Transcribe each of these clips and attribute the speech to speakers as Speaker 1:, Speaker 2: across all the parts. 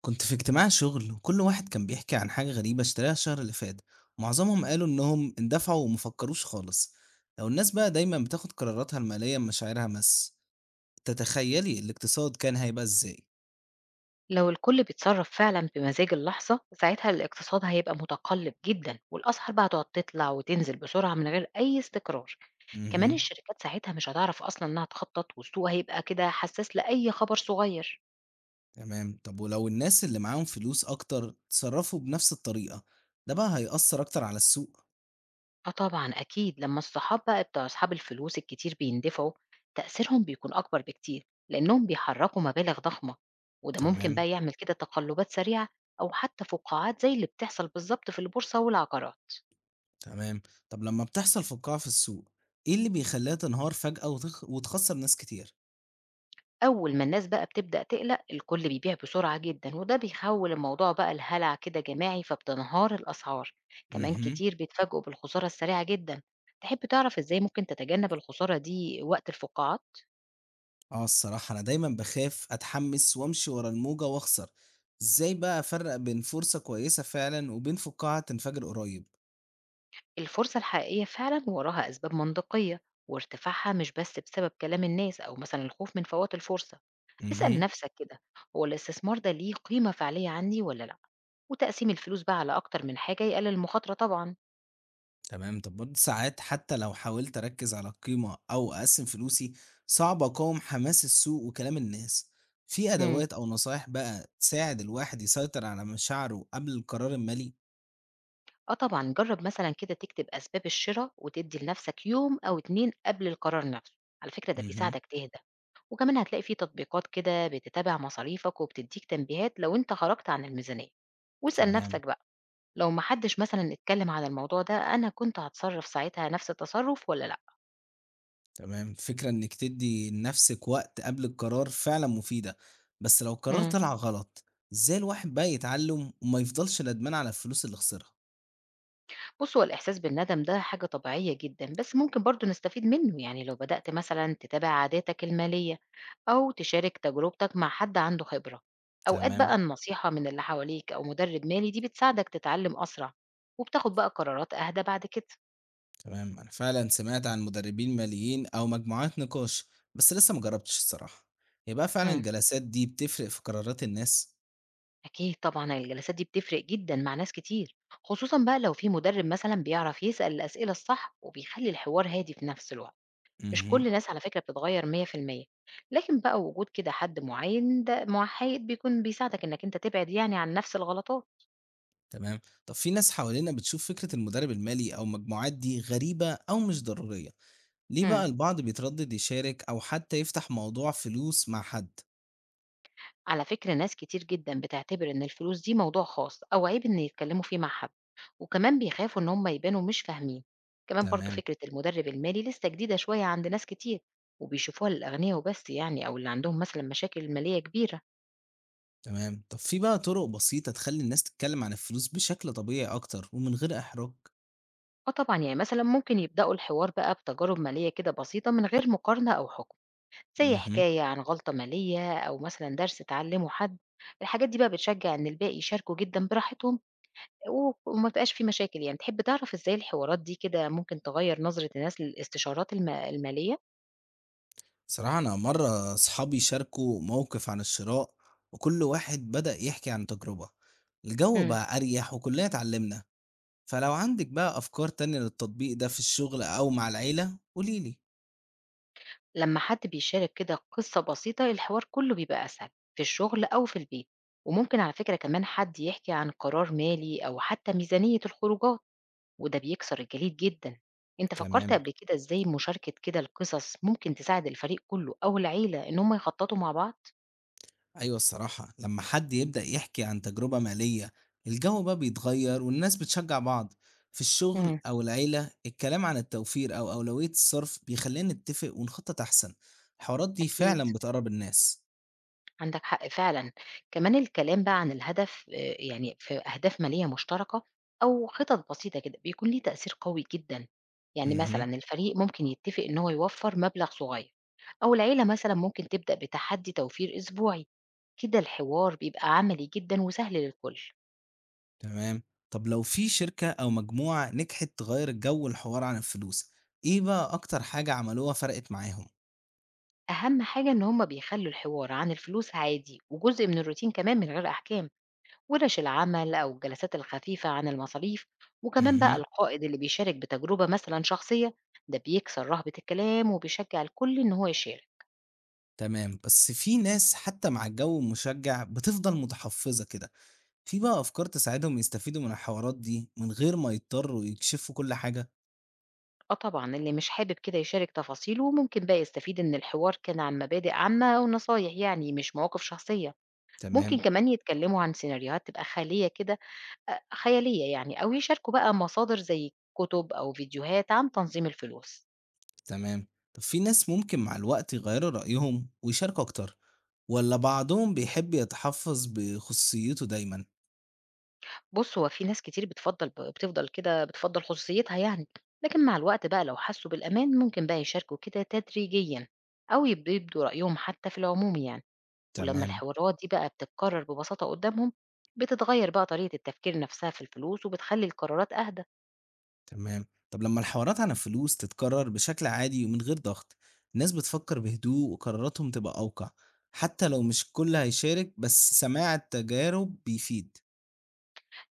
Speaker 1: كنت في اجتماع شغل وكل واحد كان بيحكي عن حاجة غريبة اشتراها الشهر اللي فات، ومعظمهم قالوا انهم اندفعوا ومفكروش خالص. لو الناس بقى دايما بتاخد قراراتها المالية بمشاعرها بس، تتخيلي الاقتصاد كان هيبقى ازاي؟
Speaker 2: لو الكل بيتصرف فعلا بمزاج اللحظة ساعتها الاقتصاد هيبقى متقلب جدا والأسعار بقى هتقعد تطلع وتنزل بسرعة من غير أي استقرار. كمان
Speaker 1: امم.
Speaker 2: الشركات ساعتها مش هتعرف أصلا إنها تخطط والسوق هيبقى كده حساس لأي خبر صغير.
Speaker 1: تمام، طب ولو الناس اللي معاهم فلوس اكتر تصرفوا بنفس الطريقة، ده بقى هيأثر اكتر على السوق.
Speaker 2: اه طبعا أكيد، لما الصحاب بقى بتوع أصحاب الفلوس الكتير بيندفعوا تأثيرهم بيكون أكبر بكتير لأنهم بيحركوا مبالغ ضخمة، وده ممكن
Speaker 1: تمام.
Speaker 2: بقى يعمل كده تقلبات سريعة أو حتى فقاعات زي اللي بتحصل بالظبط في البورصة والعقارات.
Speaker 1: تمام، طب لما بتحصل فقاعة في السوق، ايه اللي بيخليها تنهار فجأة وتخسر ناس كتير؟
Speaker 2: أول ما الناس بقى بتبدأ تقلق الكل بيبيع بسرعة جدا وده بيحول الموضوع بقى لهلع كده جماعي فبتنهار الأسعار. كمان
Speaker 1: مهم.
Speaker 2: كتير بيتفاجئوا بالخسارة السريعة جدا. تحب تعرف إزاي ممكن تتجنب الخسارة دي وقت الفقاعات؟
Speaker 1: آه الصراحة أنا دايمًا باخاف أتحمّس وأمشي ورا الموجة وأخسر، إزاي بقى أفرّق بين فرصة كويسة فعلًا وبين فقاعة تنفجر قريب؟
Speaker 2: الفرصة الحقيقية فعلا وراها أسباب منطقية، وارتفاعها مش بس بسبب كلام الناس أو مثلا الخوف من فوات الفرصة. اسأل
Speaker 1: اهم.
Speaker 2: نفسك كده، هو الاستثمار ده ليه قيمة فعلية عندي ولا لأ؟ وتقسيم الفلوس بقى على أكتر من حاجة يقلل المخاطرة طبعا.
Speaker 1: تمام، طب برضه ساعات حتى لو حاولت أركّز على القيمة أو أقسّم فلوسي، صعب أقاوم حماس السوق وكلام الناس، في
Speaker 2: مم.
Speaker 1: أدوات أو نصايح بقى تساعد الواحد يسيطر على مشاعره قبل القرار المالي؟
Speaker 2: آه طبعًا، جرّب مثلًا كده تكتب أسباب الشِرا وتدّي لنَفْسك يوم أو 2 قبل القرار نَفْسه، على فكرة ده
Speaker 1: اهم.
Speaker 2: بيساعدك تهدى، وكمان هتلاقي في تطبيقات كده بتتابع مصاريفك وبتدّيك تنبيهات لو أنت خرجت عن الميزانية، واسأل
Speaker 1: تمام.
Speaker 2: نَفْسك بقى لو ما حدش مثلًا اتكلّم عن الموضوع ده أنا كنت هاتصرّف ساعتها نَفْس التصرُّف والّا لأ؟
Speaker 1: تمام، الفكرة إنِّك تدّي لنَفْسِك وقت قبل القرار فعلًا مفيدة، بس لو القرار
Speaker 2: إمم.
Speaker 1: طلع غلط، إزاي الواحد بقى يتعلّم وما يفضلش ندمان على الفلوس اللي خسرها؟
Speaker 2: بُص، هو الإحساس بالندم ده حاجة طبيعية جدًا، بس ممكن برضه نستفيد منه، يعني لو بدأت مثلًا تتابع عاداتك المالية أو تشارك تجربتك مع حد عنده خبرة. أوقات بقى
Speaker 1: تمام.
Speaker 2: النصيحة من اللي حواليك أو مدرب مالي دي بتساعدك تتعلم أسرع، وبتاخد بقى قرارات أهدى بعد كده.
Speaker 1: تمام، أنا فعلًا سمعت عن مدربين ماليين أو مجموعات نقاش، بس لسه ما جرّبتش الصراحة، هي بقى فعلًا
Speaker 2: إمم،
Speaker 1: الجلسات دي بتفرق في قرارات الناس؟
Speaker 2: أكيد طبعًا الجلسات دي بتفرق جدًا مع ناس كتير، خصوصًا بقى لو في مدرب مثلًا بيعرف يسأل الأسئلة الصح وبيخلّي الحوار هادي في نفس الوقت. مش
Speaker 1: اهم.
Speaker 2: كل الناس على فكرة بتتغيّر 100%، لكن بقى وجود كده حد معيّن ده محايد بيكون بيساعدك إنّك أنت تبعد يعني عن نَفْس الغلطات.
Speaker 1: تمام، طَب في ناس حوالينا بتشوف فكرة المدرب المالي أو المجموعات دي غريبة أو مش ضرورية، ليه
Speaker 2: إمم.
Speaker 1: بقى البعض بيتردد يشارك أو حتى يفتح موضوع فلوس مع حد؟
Speaker 2: على فكرة ناس كتير جدًا بتعتبر إن الفلوس دي موضوع خاص أو عيب إن يتكلّموا فيه مع حد، وكمان بيخافوا إن هم يبانوا مش فاهمين. كمان برضه
Speaker 1: تمام.
Speaker 2: فكرة المُدرِّب المالي لسّه جديدة شوية عند ناس كتير، وبيشوفوها للأغنيا وبس يعني أو اللي عندهم مثلًا مشاكل مالية كبيرة.
Speaker 1: تمام، طب في بقى طرق بسيطة تخلّي الناس تتكلّم عن الفلوس بشكل طبيعي أكتر ومن غير إحراج؟
Speaker 2: آه طبعًا، يعني مثلًا ممكن يبدأوا الحوار بقى بتجارب مالية كده بسيطة من غير مقارنة أو حُكم. زي
Speaker 1: اهم.
Speaker 2: حكاية عن غلطة مالية أو مثلا درس اتعلمه حد. الحاجات دي بقى بتشجع إن الباقي يشاركوا جدا براحتهم، وما بقاش في مشاكل يعني. تحب تعرف إزاي الحوارات دي كده ممكن تغير نظرة الناس للاستشارات المالية؟
Speaker 1: صراحة أنا مرّة صحابي شاركوا موقف عن الشراء، وكل واحد بدأ يحكي عن تجربة، الجو
Speaker 2: مم.
Speaker 1: بقى أريح وكُلّنا اتعلّمنا، فلو عندِك بقى أفكار تانية للتطبيق ده في الشغل أو مع العيلة قولي لي.
Speaker 2: لما حد بيشارك كده قصة بسيطة الحوار كله بيبقى أسهل في الشغل أو في البيت، وممكن على فكرة كمان حد يحكي عن قرار مالي أو حتى ميزانية الخروجات وده بيكسر الجليد جدًا. أنت فكّرت
Speaker 1: تمام.
Speaker 2: قبل كده إزاي مشاركة كده القصص ممكن تساعد الفريق كُلّه أو العيلة إن هم يخطّطوا مع بعض؟
Speaker 1: أيوة الصراحة لما حد يبدأ يحكي عن تجربة مالية، الجو بقى بيتغير والناس بتشجع بعض. في الشغل
Speaker 2: إمم.
Speaker 1: أو العيلة الكلام عن التوفير أو أولوية الصرف بيخلينا نتفق ونخطط أحسن. الحوارات دي
Speaker 2: أكيد،
Speaker 1: فعلا بتقرب الناس.
Speaker 2: عندك حق فعلًا. كمان الكلام بقى عن الهدف، يعني في أهداف مالية مشتركة أو خطط بسيطة كده، بيكون ليه تأثير قوي جدًا. يعني مثلًا
Speaker 1: امم.
Speaker 2: الفريق ممكن يتّفق إن هو يوفّر مبلغ صغير، أو العيلة مثلًا ممكن تبدأ بتحدّي توفير أسبوعي. كده الحوار بيبقى عملي جدًا وسهل للكل.
Speaker 1: تمام، طب لو في شركة أو مجموعة نجحت تغير الجو الحوار عن الفلوس، إيه بقى أكتر حاجة عملوها فرقت معاهم؟
Speaker 2: أهم حاجة إن هما بيخلّوا الحوار عن الفلوس عادي وجزء من الروتين كمان من غير أحكام، ورش العمل أو الجلسات الخفيفة عن المصاريف، وكمان بقى
Speaker 1: امم.
Speaker 2: القائد اللي بيشارك بتجربة مثلًا شخصية، ده بيكسر رهبة الكلام وبيشجّع الكل إن هو يشارك.
Speaker 1: تمام، بس في ناس حتى مع الجو المشجع بتفضل متحفظة كده، في بقى أفكار تساعدهم يستفيدوا من الحوارات دي من غير ما يضطروا يكشفوا كل حاجة؟
Speaker 2: آه طبعًا، اللي مش حابب كده يشارك تفاصيله ممكن بقى يستفيد إن الحوار كان عن مبادئ عامة ونصايح يعني مش مواقف شخصية. ممكن
Speaker 1: تمام.
Speaker 2: كمان يتكلموا عن سيناريوهات تبقى خيالية كده، خيالية يعني، أو يشاركوا بقى مصادر زي كتب أو فيديوهات عن تنظيم الفلوس.
Speaker 1: تمام، طب في ناس ممكن مع الوقت يغيروا رأيهم ويشاركوا أكتر، ولا بعضهم بيحب يتحفظ بخصوصيته دايما؟
Speaker 2: بُص، هو في ناس كتير بتفضّل ب بتفضل كده بتفضّل خصوصيتها يعني، لكن مع الوقت بقى لو حسّوا بالأمان ممكن بقى يشاركوا كده تدريجيًا، أو يبدوا رأيهم حتى في العموم يعني، ولمّا
Speaker 1: تمام.
Speaker 2: الحوارات دي بقى بتتكرر ببساطة قدّامهم، بتتغيّر بقى طريقة التفكير نفسها في الفلوس وبتخلّي القرارات أهدى.
Speaker 1: تمام، طب لما الحوارات عن الفلوس تتكرر بشكل عادي ومن غير ضغط، الناس بتفكر بهدوء وقراراتهم تبقى أوقع، حتى لو مش الكل هيشارك بس سماع التجارب بيفيد.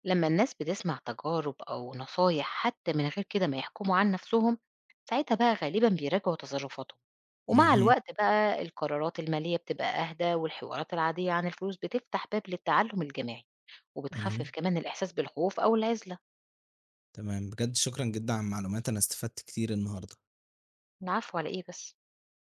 Speaker 2: لما الناس بتسمع تجارب أو نصايح حتى من غير كده ما يحكموا عن نفسهم ساعتها بقى غالبا بيراجعوا تصرفاتهم، ومع
Speaker 1: اهم.
Speaker 2: الوقت بقى القرارات المالية بتبقى أهدى والحوارات العادية عن الفلوس بتفتح باب للتعلم الجماعي، وبتخفف
Speaker 1: اهم.
Speaker 2: كمان الإحساس بالخوف أو العزلة.
Speaker 1: تمام، بجد شكرًا جدًا على المعلومات، أنا استفدت كتير النهارده.
Speaker 2: العفو، على إيه بس.